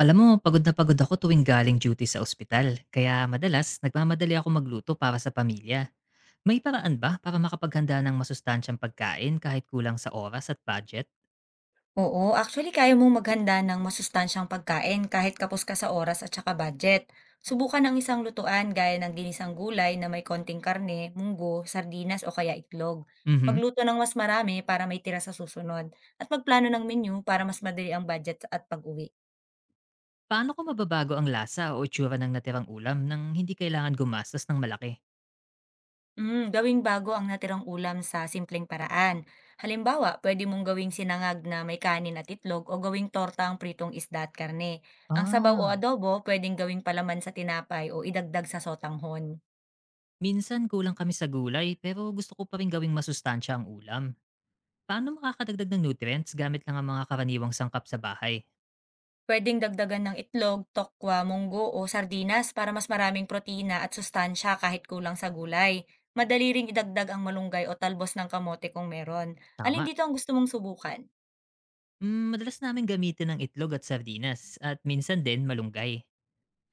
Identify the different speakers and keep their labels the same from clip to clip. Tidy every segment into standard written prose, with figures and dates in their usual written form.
Speaker 1: Alam mo, pagod na pagod ako tuwing galing duty sa ospital, kaya madalas nagmamadali ako magluto para sa pamilya. May paraan ba para makapaghanda ng masustansyang pagkain kahit kulang sa oras at budget?
Speaker 2: Oo, actually kaya mong maghanda ng masustansyang pagkain kahit kapos ka sa oras at saka budget. Subukan ang isang lutuan gaya ng ginisang gulay na may konting karne, munggo, sardinas o kaya itlog.
Speaker 1: Mhm.
Speaker 2: Magluto ng mas marami para may tira sa susunod at magplano ng menu para mas madali ang budget at pag-uwi.
Speaker 1: Paano ko mababago ang lasa o itsura ng natirang ulam nang hindi kailangan gumastos ng malaki?
Speaker 2: Gawing bago ang natirang ulam sa simpleng paraan. Halimbawa, pwede mong gawing sinangag na may kanin at itlog o gawing torta ang pritong isda at karne. Ang sabaw o
Speaker 1: Ah,
Speaker 2: adobo, pwedeng gawing palaman sa tinapay o idagdag sa sotanghon.
Speaker 1: Minsan kulang kami sa gulay pero gusto ko pa rin gawing masustansya ang ulam. Paano makakadagdag ng nutrients gamit lang ang mga karaniwang sangkap sa bahay?
Speaker 2: Pwedeng dagdagan ng itlog, tokwa, munggo o sardinas para mas maraming protina at sustansya kahit kulang sa gulay. Madali ring idagdag ang malunggay o talbos ng kamote kung meron. Alin
Speaker 1: Tama.
Speaker 2: dito ang gusto mong subukan?
Speaker 1: Hmm, madalas namin gamitin ang itlog at sardinas at minsan din malunggay.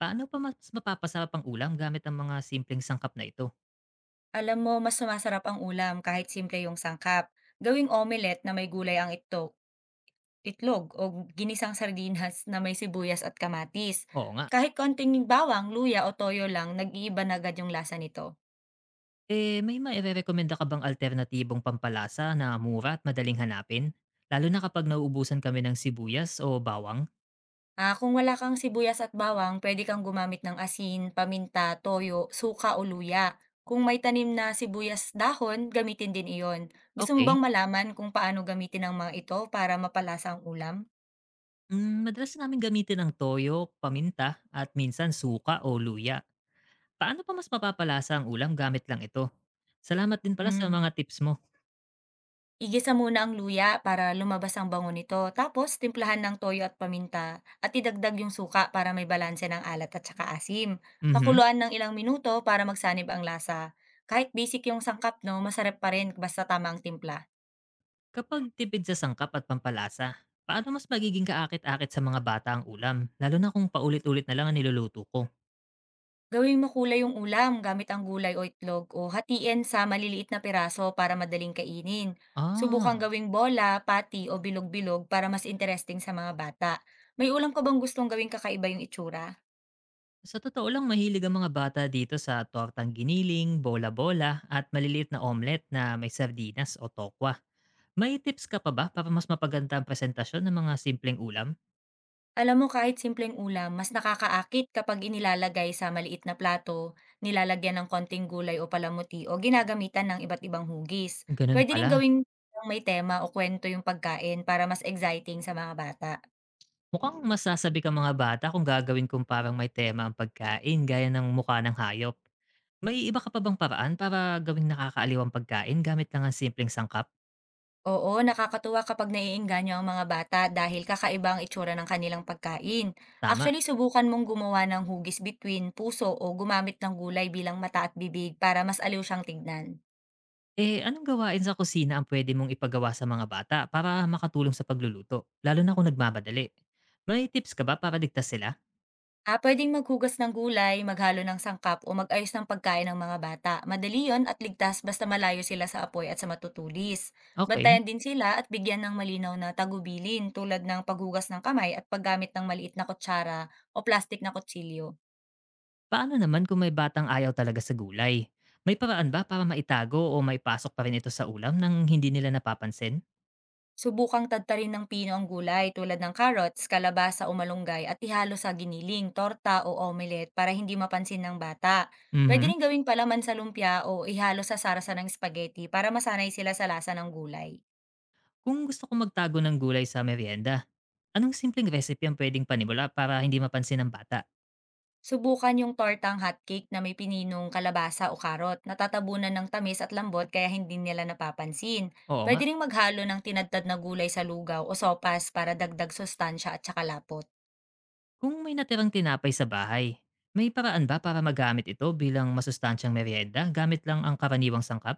Speaker 1: Paano pa mas mapapasarap ang ulam gamit ang mga simpleng sangkap na ito?
Speaker 2: Alam mo, mas sumasarap ang ulam kahit simple yung sangkap. Gawing omelette na may gulay ang itlog, o ginisang sardinas na may sibuyas at kamatis.
Speaker 1: Oo nga.
Speaker 2: Kahit konting bawang, luya o toyo lang, nag-iiba na agad yung lasa nito.
Speaker 1: Eh, may maire-recommenda ka bang alternatibong pampalasa na mura at madaling hanapin? Lalo na kapag nauubusan kami ng sibuyas o bawang?
Speaker 2: Ah, kung wala kang sibuyas at bawang, pwede kang gumamit ng asin, paminta, toyo, suka o luya. Kung may tanim na sibuyas dahon, gamitin din iyon. Gusto mo
Speaker 1: Okay.
Speaker 2: bang malaman kung paano gamitin ang mga ito para mapalasa ang ulam?
Speaker 1: Hmm, madalas namin gamitin ang toyo, paminta, at minsan suka o luya. Paano pa mas mapapalasa ang ulam gamit lang ito? Salamat din pala sa
Speaker 2: Mm.
Speaker 1: mga tips mo.
Speaker 2: Igisa muna ang luya para lumabas ang bango nito, tapos timplahan ng toyo at paminta at idagdag yung suka para may balanse ng alat at saka asim.
Speaker 1: Mhm.
Speaker 2: Pakuluan ng ilang minuto para magsanib ang lasa. Kahit basic yung sangkap, no, masarap pa rin basta tama ang timpla.
Speaker 1: Kapag tipid sa sangkap at pampalasa, paano mas magiging kaakit-akit sa mga bata ang ulam, lalo na kung paulit-ulit na lang ang niluluto ko?
Speaker 2: Gawing makulay yung ulam gamit ang gulay o itlog o hatiin sa maliliit na piraso para madaling kainin. Subukang
Speaker 1: Ah,
Speaker 2: gawing bola, pati o bilog-bilog para mas interesting sa mga bata. May ulam ka bang gustong gawing kakaiba yung itsura?
Speaker 1: sa totoo lang mahilig ang mga bata dito sa tortang giniling, bola-bola at maliliit na omelet na may sardinas o tokwa. May tips ka pa ba para mas mapaganda ang presentasyon ng mga simpleng ulam?
Speaker 2: Alam mo kahit simpleng ulam, mas nakakaakit kapag inilalagay sa maliit na plato, nilalagyan ng konting gulay o palamuti o ginagamitan ng iba't ibang hugis.
Speaker 1: Ganun
Speaker 2: Pwede rin
Speaker 1: pala.
Speaker 2: gawing may tema o kwento yung pagkain para mas exciting sa mga bata.
Speaker 1: Mukhang masasabi ka mga bata kung gagawin kong parang may tema ang pagkain gaya ng mukha ng hayop. May iba ka pa bang paraan para gawing nakakaaliwang pagkain gamit lang ang simpleng sangkap?
Speaker 2: Oo, nakakatuwa kapag naiengganyo ang mga bata dahil kakaiba ang itsura ng kanilang pagkain.
Speaker 1: Tama.
Speaker 2: Actually, subukan mong gumawa ng hugis between puso o gumamit ng gulay bilang mata at bibig para mas aliw siyang tignan.
Speaker 1: Eh, anong gawain sa kusina ang pwede mong ipagawa sa mga bata para makatulong sa pagluluto? Lalo na kung nagmamadali. May tips ka ba para ligtas sila?
Speaker 2: Ah, pwedeng maghugas ng gulay, maghalo ng sangkap o mag-ayos ng pagkain ng mga bata. Madali yon at ligtas basta malayo sila sa apoy at sa matutulis.
Speaker 1: Okay.
Speaker 2: Bantayan din sila at bigyan ng malinaw na tagubilin tulad ng paghugas ng kamay at paggamit ng maliit na kutsara o plastic na kutsilyo.
Speaker 1: Paano naman kung may batang ayaw talaga sa gulay? May paraan ba para maitago o maipasok pa rin ito sa ulam nang hindi nila napapansin?
Speaker 2: Subukang tadtarin ng pino ang gulay tulad ng carrots, kalabasa o malunggay at ihalo sa giniling, torta o omelette para hindi mapansin ng bata. Pwede
Speaker 1: Mhm.
Speaker 2: rin gawing palaman sa lumpia o ihalo sa sarasa ng spaghetti para masanay sila sa lasa ng gulay.
Speaker 1: Kung gusto kong magtago ng gulay sa merienda, anong simpleng recipe ang pwedeng panimula para hindi mapansin ng bata?
Speaker 2: Subukan yung tortang hotcake na may pininong kalabasa o karot, natatabunan ng tamis at lambot kaya hindi nila napapansin.
Speaker 1: Oo nga.
Speaker 2: Pwede ring maghalo ng tinadtad na gulay sa lugaw o sopas para dagdag sustansya at saka lapot.
Speaker 1: Kung may natirang tinapay sa bahay, may paraan ba para magamit ito bilang masustansyang merienda gamit lang ang karaniwang sangkap?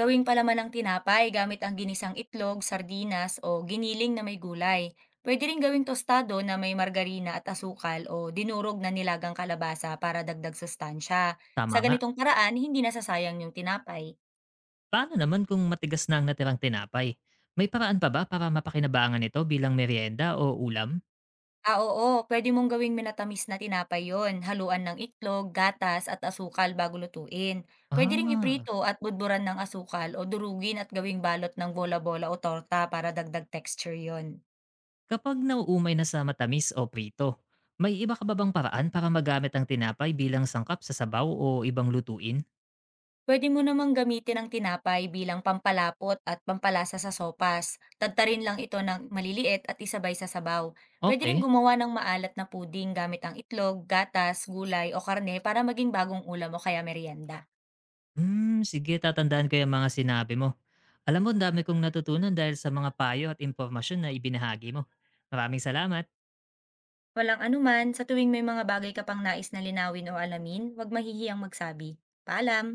Speaker 2: Gawing palaman ng tinapay gamit ang ginisang itlog, sardinas o giniling na may gulay. Pwede rin gawing tostado na may margarina at asukal o dinurog na nilagang kalabasa para dagdag sustansya.
Speaker 1: Tama
Speaker 2: Sa
Speaker 1: nga.
Speaker 2: ganitong paraan, hindi nasasayang yung tinapay.
Speaker 1: Paano naman kung matigas na ang natirang tinapay? May paraan pa ba para mapakinabangan ito bilang merienda o ulam?
Speaker 2: Ah, oo, puwede mong gawing minatamis na tinapay 'yon, haluan ng itlog, gatas at asukal bago lutuin. Puwede ring
Speaker 1: Ah,
Speaker 2: iprito at budburan ng asukal o durugin at gawing balot ng bola-bola o torta para dagdag texture 'yon.
Speaker 1: Kapag nauumay na sa matamis o prito, may iba ka ba bang paraan para magamit ang tinapay bilang sangkap sa sabaw o ibang lutuin?
Speaker 2: Puwede mo namang gamitin ang tinapay bilang pampalapot at pampalasa sa sopas. Tadtarin lang ito ng maliliit at isabay sa sabaw. Puwede ring
Speaker 1: Okay.
Speaker 2: gumawa ng maalat na puding gamit ang itlog, gatas, gulay o karne para maging bagong ulam o kaya merienda.
Speaker 1: Hmm, sige tatandaan ko yung mga sinabi mo. Alam mo, ang dami kong natutunan dahil sa mga payo at impormasyon na ibinahagi mo. Maraming salamat.
Speaker 2: Walang anuman, sa tuwing may mga bagay ka pang nais na linawin o alamin, huwag mahihiyang magsabi. Paalam!